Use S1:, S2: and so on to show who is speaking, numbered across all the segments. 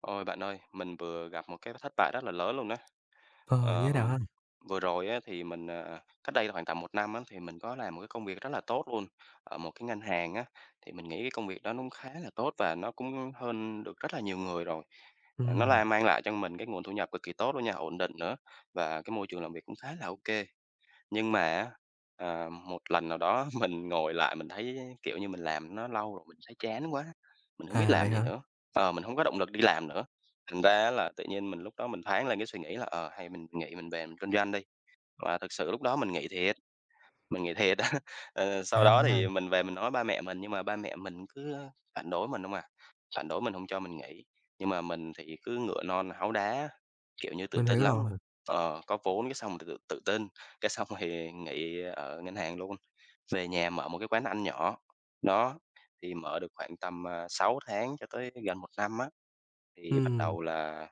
S1: Ôi, bạn ơi, mình vừa gặp một cái thất bại rất là lớn luôn đó.
S2: Ờ, như thế
S1: Ờ,
S2: nào ha?
S1: vừa rồi á, thì mình, à cách đây khoảng tầm một năm á, thì mình có làm một cái công việc rất là tốt luôn, ở một cái ngân hàng á. Thì mình nghĩ cái công việc đó nó cũng khá là tốt và nó cũng hơn được rất là nhiều người rồi. Nó
S2: Ừm,
S1: là mang lại cho mình cái nguồn thu nhập cực kỳ tốt luôn nha, ổn định nữa, và cái môi trường làm việc cũng khá là ok. Nhưng mà á, một lần nào đó mình ngồi lại mình thấy, kiểu như, mình làm nó lâu rồi mình thấy chán quá, mình không biết
S2: vậy
S1: làm gì
S2: hả?
S1: nữa, mình không có động lực đi làm nữa. Thành ra á là tự nhiên mình lúc đó mình thoáng lên cái suy nghĩ là, hay mình nghỉ mình về mình kinh doanh đi, và thực sự lúc đó mình nghỉ thiệt. Mình nghĩ thiệt á Sau đó
S2: À,
S1: thì mình về mình nói ba mẹ mình, nhưng mà ba mẹ mình cứ phản đối mình không à, phản đối mình không cho mình nghỉ, nhưng mà mình thì cứ ngựa non háu đá, kiểu như, tự
S2: mình
S1: tin
S2: hiểu
S1: lắm.
S2: rồi.
S1: Có vốn cái xong tự tự tin, cái xong thì nghỉ ở ngân hàng luôn, về nhà mở một cái quán ăn nhỏ. Đó, thì mở được khoảng tầm, 6 tháng cho tới gần một năm á, thì bắt
S2: Ừm,
S1: đầu là,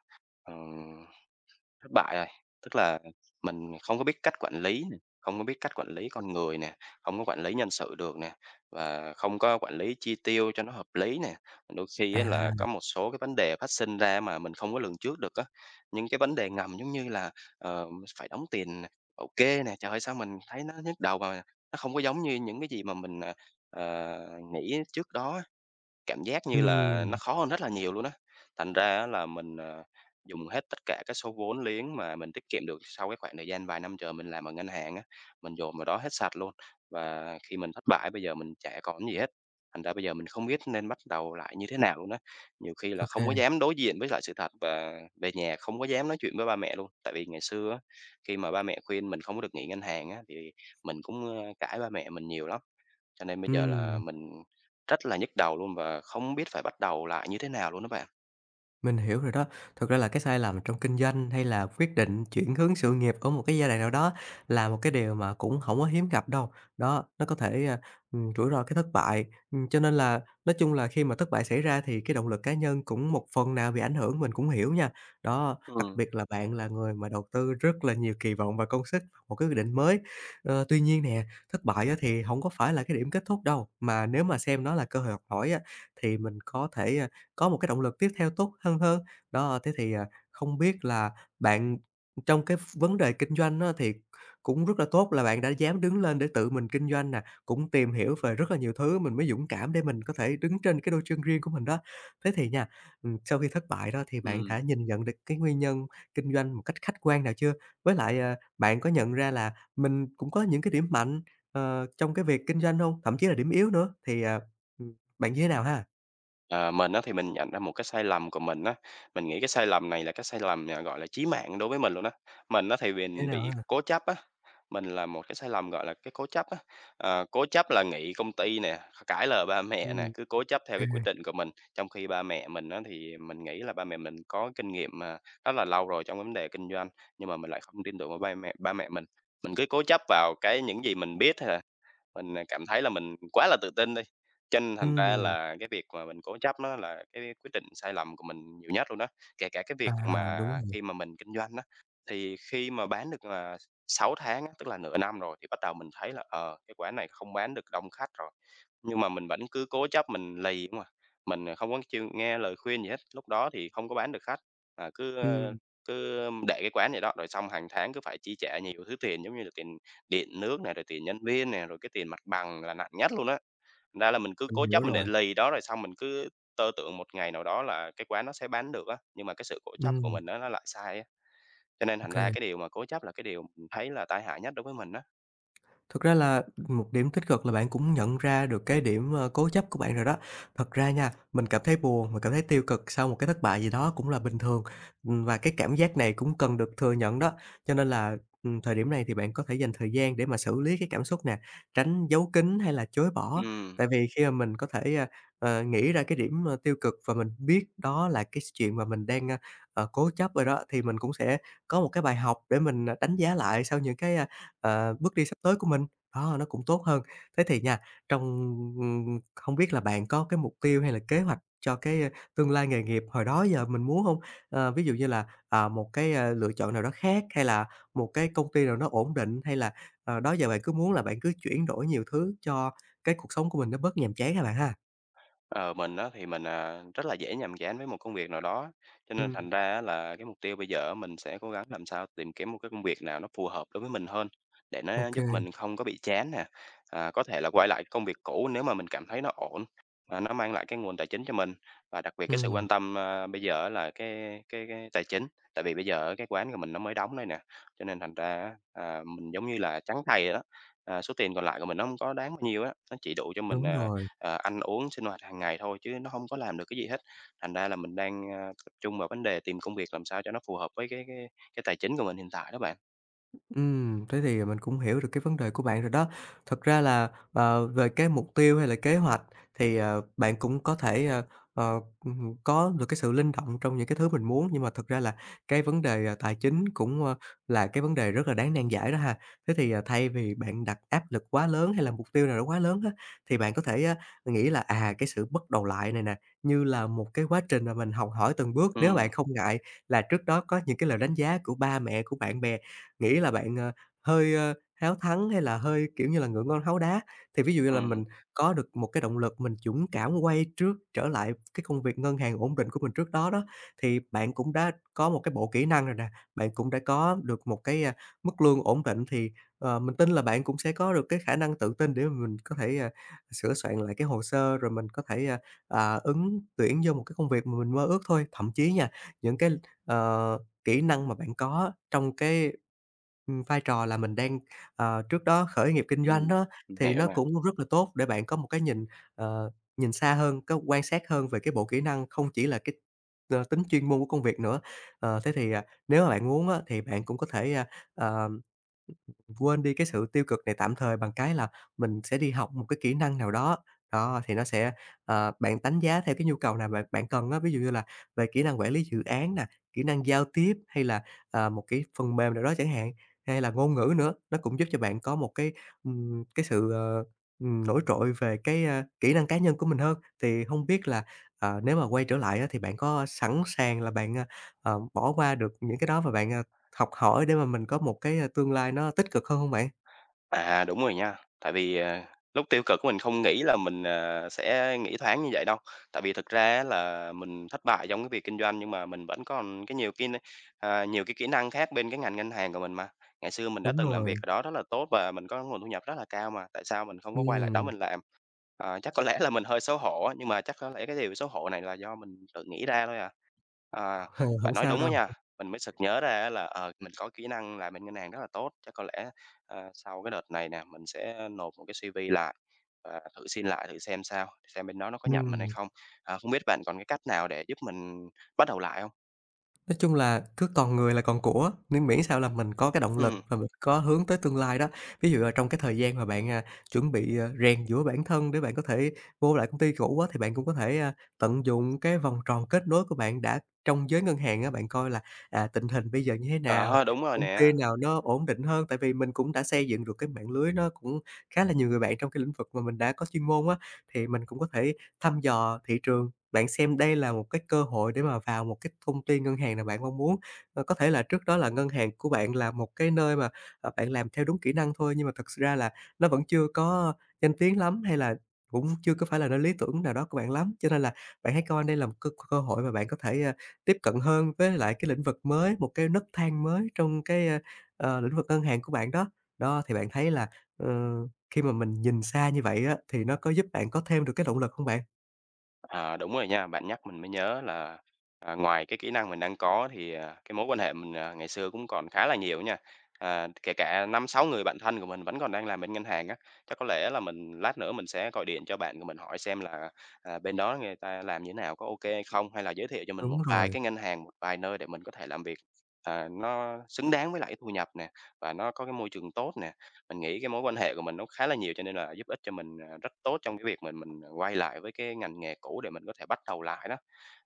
S1: thất bại rồi, tức là mình không có biết cách quản lý nè, không có biết cách quản lý con người nè, không có quản lý nhân sự được nè, và không có quản lý chi tiêu cho nó hợp lý nè. Đôi khi á là có
S2: à,
S1: một số cái vấn đề phát sinh ra mà mình không có lường trước được á, những cái vấn đề ngầm giống như là, ờ, phải đóng tiền bảo kê nè, trời ơi, sao mình thấy nó nhức đầu mà nó không có giống như những cái gì mà mình, ờ, nghĩ trước đó. Cảm giác như là nó
S2: ừm,
S1: khó hơn rất là nhiều luôn á. Thành ra á là mình, dùng hết tất cả cái số vốn liếng mà mình tiết kiệm được sau cái khoảng thời gian vài năm chờ mình làm ở ngân hàng á, mình dồn vào đó hết sạch luôn. Và khi mình thất bại bây giờ mình chả còn gì hết, thành ra bây giờ mình không biết nên bắt đầu lại như thế nào luôn á. Nhiều khi là
S2: ô kê,
S1: không có dám đối diện với lại sự thật và về nhà không có dám nói chuyện với ba mẹ luôn. Tại vì ngày xưa á, khi mà ba mẹ khuyên mình không có được nghỉ ngân hàng á, thì mình cũng, cãi ba mẹ mình nhiều lắm. Cho nên bây giờ là
S2: ừm.
S1: mình rất là nhức đầu luôn và không biết phải bắt đầu lại như thế nào luôn đó bạn.
S2: Mình hiểu rồi đó. Thực ra là cái sai lầm trong kinh doanh hay là quyết định chuyển hướng sự nghiệp ở một cái giai đoạn nào đó là một cái điều mà cũng không có hiếm gặp đâu. Đó, nó có thể, rủi ro cái thất bại, cho nên là nói chung là khi mà thất bại xảy ra thì cái động lực cá nhân cũng một phần nào bị ảnh hưởng, mình cũng hiểu nha. Đó, đặc
S1: Ừ,
S2: biệt là bạn là người mà đầu tư rất là nhiều kỳ vọng và công sức vào một cái quyết định mới. Ờ, tuy nhiên nè, thất bại á thì không có phải là cái điểm kết thúc đâu, mà nếu mà xem nó là cơ hội học hỏi á, thì mình có thể, có một cái động lực tiếp theo tốt hơn hơn. Đó, thế thì, không biết là bạn trong cái vấn đề kinh doanh á, thì cũng rất là tốt là bạn đã dám đứng lên để tự mình kinh doanh nè, cũng tìm hiểu về rất là nhiều thứ mình mới dũng cảm để mình có thể đứng trên cái đôi chân riêng của mình đó. Thế thì nha, sau khi thất bại đó thì bạn
S1: ừ.
S2: đã nhìn nhận được cái nguyên nhân kinh doanh một cách khách quan nào chưa? Với lại, bạn có nhận ra là mình cũng có những cái điểm mạnh, trong cái việc kinh doanh không? Thậm chí là điểm yếu nữa, thì, ừm, bạn như thế nào ha?
S1: Ờ, mình á thì mình nhận ra một cái sai lầm của mình á, mình nghĩ cái sai lầm này là cái sai lầm, gọi là, chí mạng đối với mình luôn á. Mình á thì
S2: Như thế
S1: mình
S2: nào
S1: bị
S2: ha?
S1: cố chấp á, mình là một cái sai lầm, gọi là, cái cố chấp á. Cố chấp là nghĩ công ty nè, cãi lời ba mẹ nè,
S2: Ừm.
S1: cứ cố chấp theo
S2: À,
S1: cái quyết định của mình, trong khi ba mẹ mình á thì mình nghĩ là ba mẹ mình có kinh nghiệm, rất là lâu rồi trong vấn đề kinh doanh, nhưng mà mình lại không tin tưởng vào ba mẹ mình. Mình cứ cố chấp vào cái những gì mình biết hay là mình, cảm thấy là mình quá là tự tin đi, cho nên thành ra
S2: ừm,
S1: là cái việc mà mình cố chấp nó là cái quyết định sai lầm của mình nhiều nhất luôn đó. Kể cả cái
S2: à,
S1: việc
S2: đúng
S1: mà
S2: rồi,
S1: khi mà mình kinh doanh đó, thì khi mà bán được, 6 tháng á, tức là nửa năm rồi thì bắt đầu mình thấy là, cái quán này không bán được đông khách rồi, nhưng mà mình vẫn cứ cố chấp, mình lì mà, mình, không có chịu nghe lời khuyên gì hết. Lúc đó thì không có bán được khách, à, cứ, ơ,
S2: ừm,
S1: cứ để cái quán vậy đó, rồi xong hàng tháng cứ phải chi trả nhiều thứ tiền giống như là tiền điện nước này, rồi tiền nhân viên này rồi cái tiền mặt bằng là nặng nhất luôn á. Thành ra là mình cứ
S2: mình
S1: cố
S2: hiểu
S1: chấp mình để
S2: rồi,
S1: lì đó, rồi xong mình cứ tơ tưởng một ngày nào đó là cái quán nó sẽ bán được á, nhưng mà cái sự cố chấp của
S2: ừm,
S1: mình á, nó lại sai á. Cho nên
S2: ô
S1: thành
S2: kê.
S1: ra cái điều mà cố chấp là cái điều mình thấy là tai hại nhất đối với mình á.
S2: Thực ra là một điểm tích cực là bạn cũng nhận ra được cái điểm, cố chấp của bạn rồi đó. Thật ra nha, mình cảm thấy buồn, mình cảm thấy tiêu cực sau một cái thất bại gì đó cũng là bình thường, và cái cảm giác này cũng cần được thừa nhận đó. Cho nên là, thời điểm này thì bạn có thể dành thời gian để mà xử lý cái cảm xúc nè, tránh giấu kín hay là chối bỏ.
S1: Ừm.
S2: Tại vì khi mà mình có thể, nghĩ ra cái điểm, tiêu cực và mình biết đó là cái chuyện mà mình đang, cố chấp rồi đó, thì mình cũng sẽ có một cái bài học để mình, đánh giá lại sau những cái, bước đi sắp tới của mình, đó, nó cũng tốt hơn. Thế thì nha, trong không biết là bạn có cái mục tiêu hay là kế hoạch cho cái, tương lai nghề nghiệp hồi đó giờ mình muốn không? Ờ, ví dụ như là, một cái, lựa chọn nào đó khác, hay là một cái công ty nào nó ổn định, hay là, đó giờ bạn cứ muốn là bạn cứ chuyển đổi nhiều thứ cho cái cuộc sống của mình nó bớt nhàm chán các bạn ha?
S1: Ờ, mình á thì mình, rất là dễ nhàm chán với một công việc nào đó, cho nên
S2: Ừm.
S1: thành ra á là cái mục tiêu bây giờ á mình sẽ cố gắng làm sao tìm kiếm một cái công việc nào nó phù hợp đối với mình hơn, để nó
S2: Ô kê,
S1: giúp mình không có bị chán nè. À, có thể là quay lại công việc cũ nếu mà mình cảm thấy nó ổn, và nó mang lại cái nguồn tài chính cho mình và đặc biệt cái sự quan tâm, bây giờ á là cái tài chính. Tại vì bây giờ cái quán của mình nó mới đóng đây nè, cho nên thành ra á, mình giống như là trắng tay vậy đó, số tiền còn lại của mình nó không có đáng bao nhiêu á, nó chỉ đủ cho mình,
S2: đúng rồi.
S1: ăn uống, sinh hoạt hàng ngày thôi chứ nó không có làm được cái gì hết. Thành ra là mình đang, tập trung vào vấn đề tìm công việc làm sao cho nó phù hợp với cái tài chính của mình hiện tại đó bạn.
S2: Thế thì mình cũng hiểu được cái vấn đề của bạn rồi đó. Thật ra là, về cái mục tiêu hay là kế hoạch thì, bạn cũng có thể, ờ, có được cái sự linh động trong những cái thứ mình muốn, nhưng mà thực ra là cái vấn đề, tài chính cũng, là cái vấn đề rất là đáng nan giải đó ha. Thế thì, thay vì bạn đặt áp lực quá lớn hay là mục tiêu nào đó quá lớn á, thì bạn có thể, nghĩ là, cái sự bắt đầu lại này nè, như là một cái quá trình mà mình học hỏi từng bước. Nếu
S1: Ừm,
S2: bạn không ngại là trước đó có những cái lời đánh giá của ba mẹ, của bạn bè nghĩ là bạn, hơi, háo thắng hay là hơi, kiểu như là, ngựa ngon háu đá. Thì ví dụ như là
S1: ừm,
S2: mình có được một cái động lực mình dũng cảm quay trước trở lại cái công việc ngân hàng ổn định của mình trước đó đó, thì bạn cũng đã có một cái bộ kỹ năng rồi nè, bạn cũng đã có được một cái, mức lương ổn định thì, mình tin là bạn cũng sẽ có được cái khả năng tự tin để mà mình có thể, sửa soạn lại cái hồ sơ rồi mình có thể, ứng tuyển vô một cái công việc mà mình mơ ước thôi. Thậm chí nha, những cái, ờ, kỹ năng mà bạn có trong cái vai trò là mình đang, trước đó khởi nghiệp kinh doanh
S1: ừm,
S2: đó,
S1: mình
S2: thì
S1: hiểu
S2: nó
S1: nè.
S2: cũng rất là tốt để bạn có một cái nhìn, ờ, nhìn xa hơn, có quan sát hơn về cái bộ kỹ năng, không chỉ là cái, tính chuyên môn của công việc nữa. Ờ, thế thì, nếu mà bạn muốn á, thì bạn cũng có thể, ờ, quên đi cái sự tiêu cực này tạm thời bằng cái là mình sẽ đi học một cái kỹ năng nào đó. Đó, thì nó sẽ bạn đánh giá theo cái nhu cầu nào bạn bạn cần á, ví dụ như là về kỹ năng quản lý dự án nè, kỹ năng giao tiếp hay là một cái phần mềm nào đó chẳng hạn, hay là ngôn ngữ nữa, nó cũng giúp cho bạn có một cái sự, nổi trội về cái, kỹ năng cá nhân của mình hơn. Thì không biết là, nếu mà quay trở lại á thì bạn có sẵn sàng là bạn, bỏ qua được những cái đó và bạn, học hỏi để mà mình có một cái, tương lai nó tích cực hơn không bạn?
S1: À, đúng rồi nha. Tại vì, lúc tiêu cực của mình không nghĩ là mình, sẽ nghĩ thoáng như vậy đâu. Tại vì thực ra á là mình thất bại trong cái việc kinh doanh nhưng mà mình vẫn còn cái nhiều cái n ờ, nhiều cái kỹ năng khác bên cái ngành ngân hàng của mình mà. Ngày xưa mình đã
S2: Đúng
S1: từng làm việc
S2: rồi,
S1: ở đó rất là tốt và mình có nguồn thu nhập rất là cao mà, tại sao mình không có quay lại đó
S2: ừm,
S1: mình làm? Chắc có lẽ là mình hơi xấu hổ á, nhưng mà chắc có lẽ cái điều xấu hổ này là do mình tự nghĩ ra thôi à. Ờ,
S2: hông
S1: bạn nói
S2: sao
S1: đúng đó
S2: đâu,
S1: nha, mình mới sực nhớ ra á là, mình có kỹ năng làm bên ngân hàng rất là tốt, chắc có lẽ. Sau cái đợt này nè, mình sẽ nộp một cái CV lại và thử xin lại thử xem sao, xem bên đó nó có nhận mình hay
S2: ừm.
S1: không. Không biết bạn còn cái cách nào để giúp mình bắt đầu lại không.
S2: Nói chung là cứ còn người là còn của, nên miễn sao là mình có cái động lực
S1: Ừm,
S2: và mình có hướng tới tương lai đó. Ví dụ là trong cái thời gian mà bạn, chuẩn bị, rèn giũa bản thân để bạn có thể vô lại công ty cũ á, thì bạn cũng có thể, tận dụng cái vòng tròn kết nối của bạn đã trong giới ngân hàng á, bạn coi là, tình hình bây giờ như thế nào,
S1: ờ, đúng rồi
S2: công ty
S1: nè.
S2: nào nó ổn định hơn. Tại vì mình cũng đã xây dựng được cái mạng lưới nó cũng khá là nhiều người bạn trong cái lĩnh vực mà mình đã có chuyên môn á, thì mình cũng có thể thăm dò thị trường bạn xem đây là một cái cơ hội để mà vào một cái công ty ngân hàng nào bạn mong muốn. Ờ, có thể là trước đó là ngân hàng của bạn là một cái nơi mà, bạn làm theo đúng kỹ năng thôi, nhưng mà thật ra là nó vẫn chưa có danh tiếng lắm, hay là cũng chưa có phải là nơi lý tưởng nào đó của bạn lắm. Cho nên là bạn hãy coi đây là một cơ cơ hội mà bạn có thể, tiếp cận hơn với lại cái lĩnh vực mới, một cái nấc thang mới trong cái, lĩnh vực ngân hàng của bạn đó. Đó, thì bạn thấy là, ờ, khi mà mình nhìn xa như vậy á, thì nó có giúp bạn có thêm được cái động lực không bạn?
S1: À, đúng rồi nha, bạn nhắc mình mới nhớ là, ngoài cái kỹ năng mình đang có thì, cái mối quan hệ mình, ngày xưa cũng còn khá là nhiều nha. À, kể cả 5 6 người bạn thân của mình vẫn còn đang làm bên ngân hàng á, chắc có lẽ là mình lát nữa mình sẽ gọi điện cho bạn của mình hỏi xem là, bên đó người ta làm như thế nào, có ok hay không? Hay là giới thiệu cho mình một
S2: Đúng
S1: vài
S2: rồi.
S1: cái ngân hàng, một vài nơi để mình có thể làm việc, nó xứng đáng với lại cái thu nhập nè, và nó có cái môi trường tốt nè. Mình nghĩ cái mối quan hệ của mình nó khá là nhiều cho nên là giúp ích cho mình, rất tốt trong cái việc mình quay lại với cái ngành nghề cũ để mình có thể bắt đầu lại đó.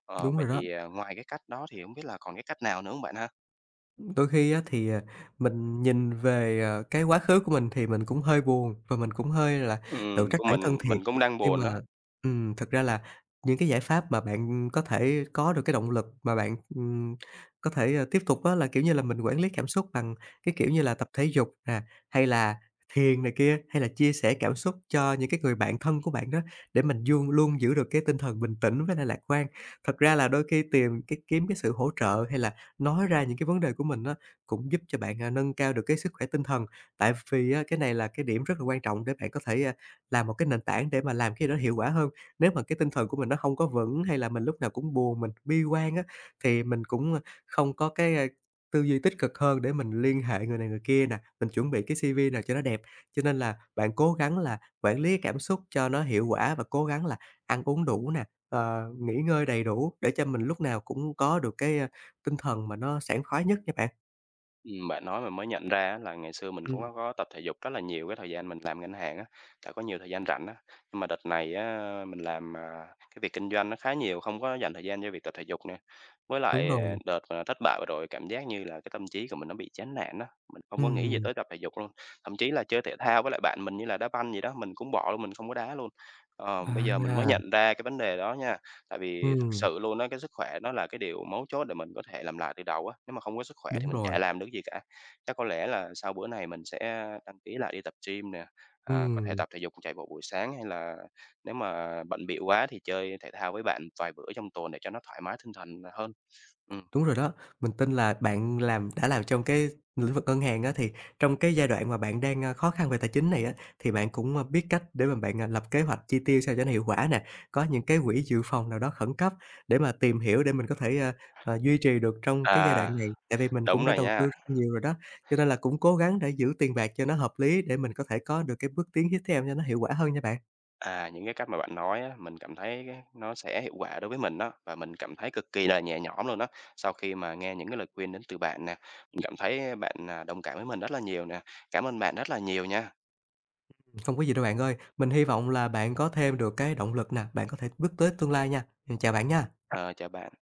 S1: Ờ,
S2: Đúng
S1: vậy
S2: rồi đó.
S1: thì, ngoài cái cách đó thì không biết là còn cái cách nào nữa hông bạn ha?
S2: Đôi khi á thì, mình nhìn về, cái quá khứ của mình thì mình cũng hơi buồn và mình cũng hơi là tự trách
S1: Của
S2: bản thân thiệt.
S1: mình cũng đang
S2: Nhưng
S1: buồn
S2: mà,
S1: đó.
S2: thực ra là những cái giải pháp mà bạn có thể có được cái động lực mà bạn, có thể, tiếp tục á là, kiểu như là, mình quản lý cảm xúc bằng cái kiểu như là tập thể dục nè, hay là thiền này kia, hay là chia sẻ cảm xúc cho những cái người bạn thân của bạn đó, để mình dương luôn giữ được cái tinh thần bình tĩnh với lại lạc quan. Thật ra là đôi khi tìm cái kiếm cái sự hỗ trợ hay là nói ra những cái vấn đề của mình á, cũng giúp cho bạn, nâng cao được cái sức khỏe tinh thần. Tại vì á, cái này là cái điểm rất là quan trọng để bạn có thể, làm một cái nền tảng để mà làm cái gì đó hiệu quả hơn. Nếu mà cái tinh thần của mình nó không có vững, hay là mình lúc nào cũng buồn, mình bi quan á, thì mình cũng, không có cái, tư duy tích cực hơn để mình liên hệ người này người kia nè, mình chuẩn bị cái CV nào cho nó đẹp. Cho nên là bạn cố gắng là quản lý cảm xúc cho nó hiệu quả và cố gắng là ăn uống đủ nè, nghỉ ngơi đầy đủ để cho mình lúc nào cũng có được cái tinh thần mà nó sảng khoái nhất nha bạn.
S1: Bạn nói mình mới nhận ra á là ngày xưa mình cũng
S2: Ừm.
S1: có tập thể dục rất là nhiều cái thời gian mình làm ngân hàng á, đã có nhiều thời gian rảnh á. Nhưng mà đợt này á, mình làm, cái việc kinh doanh nó khá nhiều, không có dành thời gian cho việc tập thể dục nè. Với
S2: Đúng
S1: lại,
S2: rồi,
S1: đợt, thất bại vừa rồi cảm giác như là cái tâm trí của mình nó bị chán nản á, mình không có nghĩ gì
S2: ừm,
S1: tới tập thể dục luôn. Thậm chí là chơi thể thao với lại bạn mình như là đá banh gì đó, mình cũng bỏ luôn, mình không có đá luôn. Bây giờ mình mới
S2: à,
S1: nhận ra cái vấn đề đó nha. Tại vì thật
S2: ừm,
S1: sự luôn á, cái sức khỏe nó là cái điều mấu chốt để mình có thể làm lại từ đầu á, nếu mà không có sức khỏe thì
S2: đúng
S1: mình chả
S2: rồi,
S1: làm được gì cả. Chắc có lẽ là sau bữa này mình sẽ đăng ký lại đi tập gym nè, có thể
S2: ừm.
S1: tập thể dục, chạy bộ buổi sáng hay là nếu mà bận bịu quá thì chơi thể thao với bạn vài bữa trong tuần để cho nó thoải mái tinh thần hơn. Ừm,
S2: Đúng rồi đó, mình tin là bạn đã làm trong cái lĩnh vực ngân hàng á, thì trong cái giai đoạn mà bạn đang, khó khăn về tài chính này á, thì bạn cũng, biết cách để mà bạn, lập kế hoạch chi tiêu sao cho nó hiệu quả nè, có những cái quỹ dự phòng nào đó khẩn cấp để mà tìm hiểu để mình có thể, duy trì được trong cái giai đoạn
S1: à,
S2: này. Tại vì mình cũng
S1: đúng
S2: đã
S1: rồi
S2: đầu tư
S1: nha.
S2: rất là nhiều rồi đó, cho nên là cũng cố gắng để giữ tiền bạc cho nó hợp lý để mình có thể có được cái bước tiến tiếp theo cho nó hiệu quả hơn nha bạn.
S1: À, những cái cách mà bạn nói á, mình cảm thấy cái nó sẽ hiệu quả đối với mình đó, và mình cảm thấy cực kỳ là nhẹ nhõm luôn đó. Sau khi mà nghe những cái lời khuyên đến từ bạn nè, mình cảm thấy bạn, đồng cảm với mình rất là nhiều nè. Cảm ơn bạn rất là nhiều nha.
S2: Không có gì đâu bạn ơi, mình hy vọng là bạn có thêm được cái động lực nè, bạn có thể bước tới tương lai nha. Chào bạn nha.
S1: Ờ, chào bạn.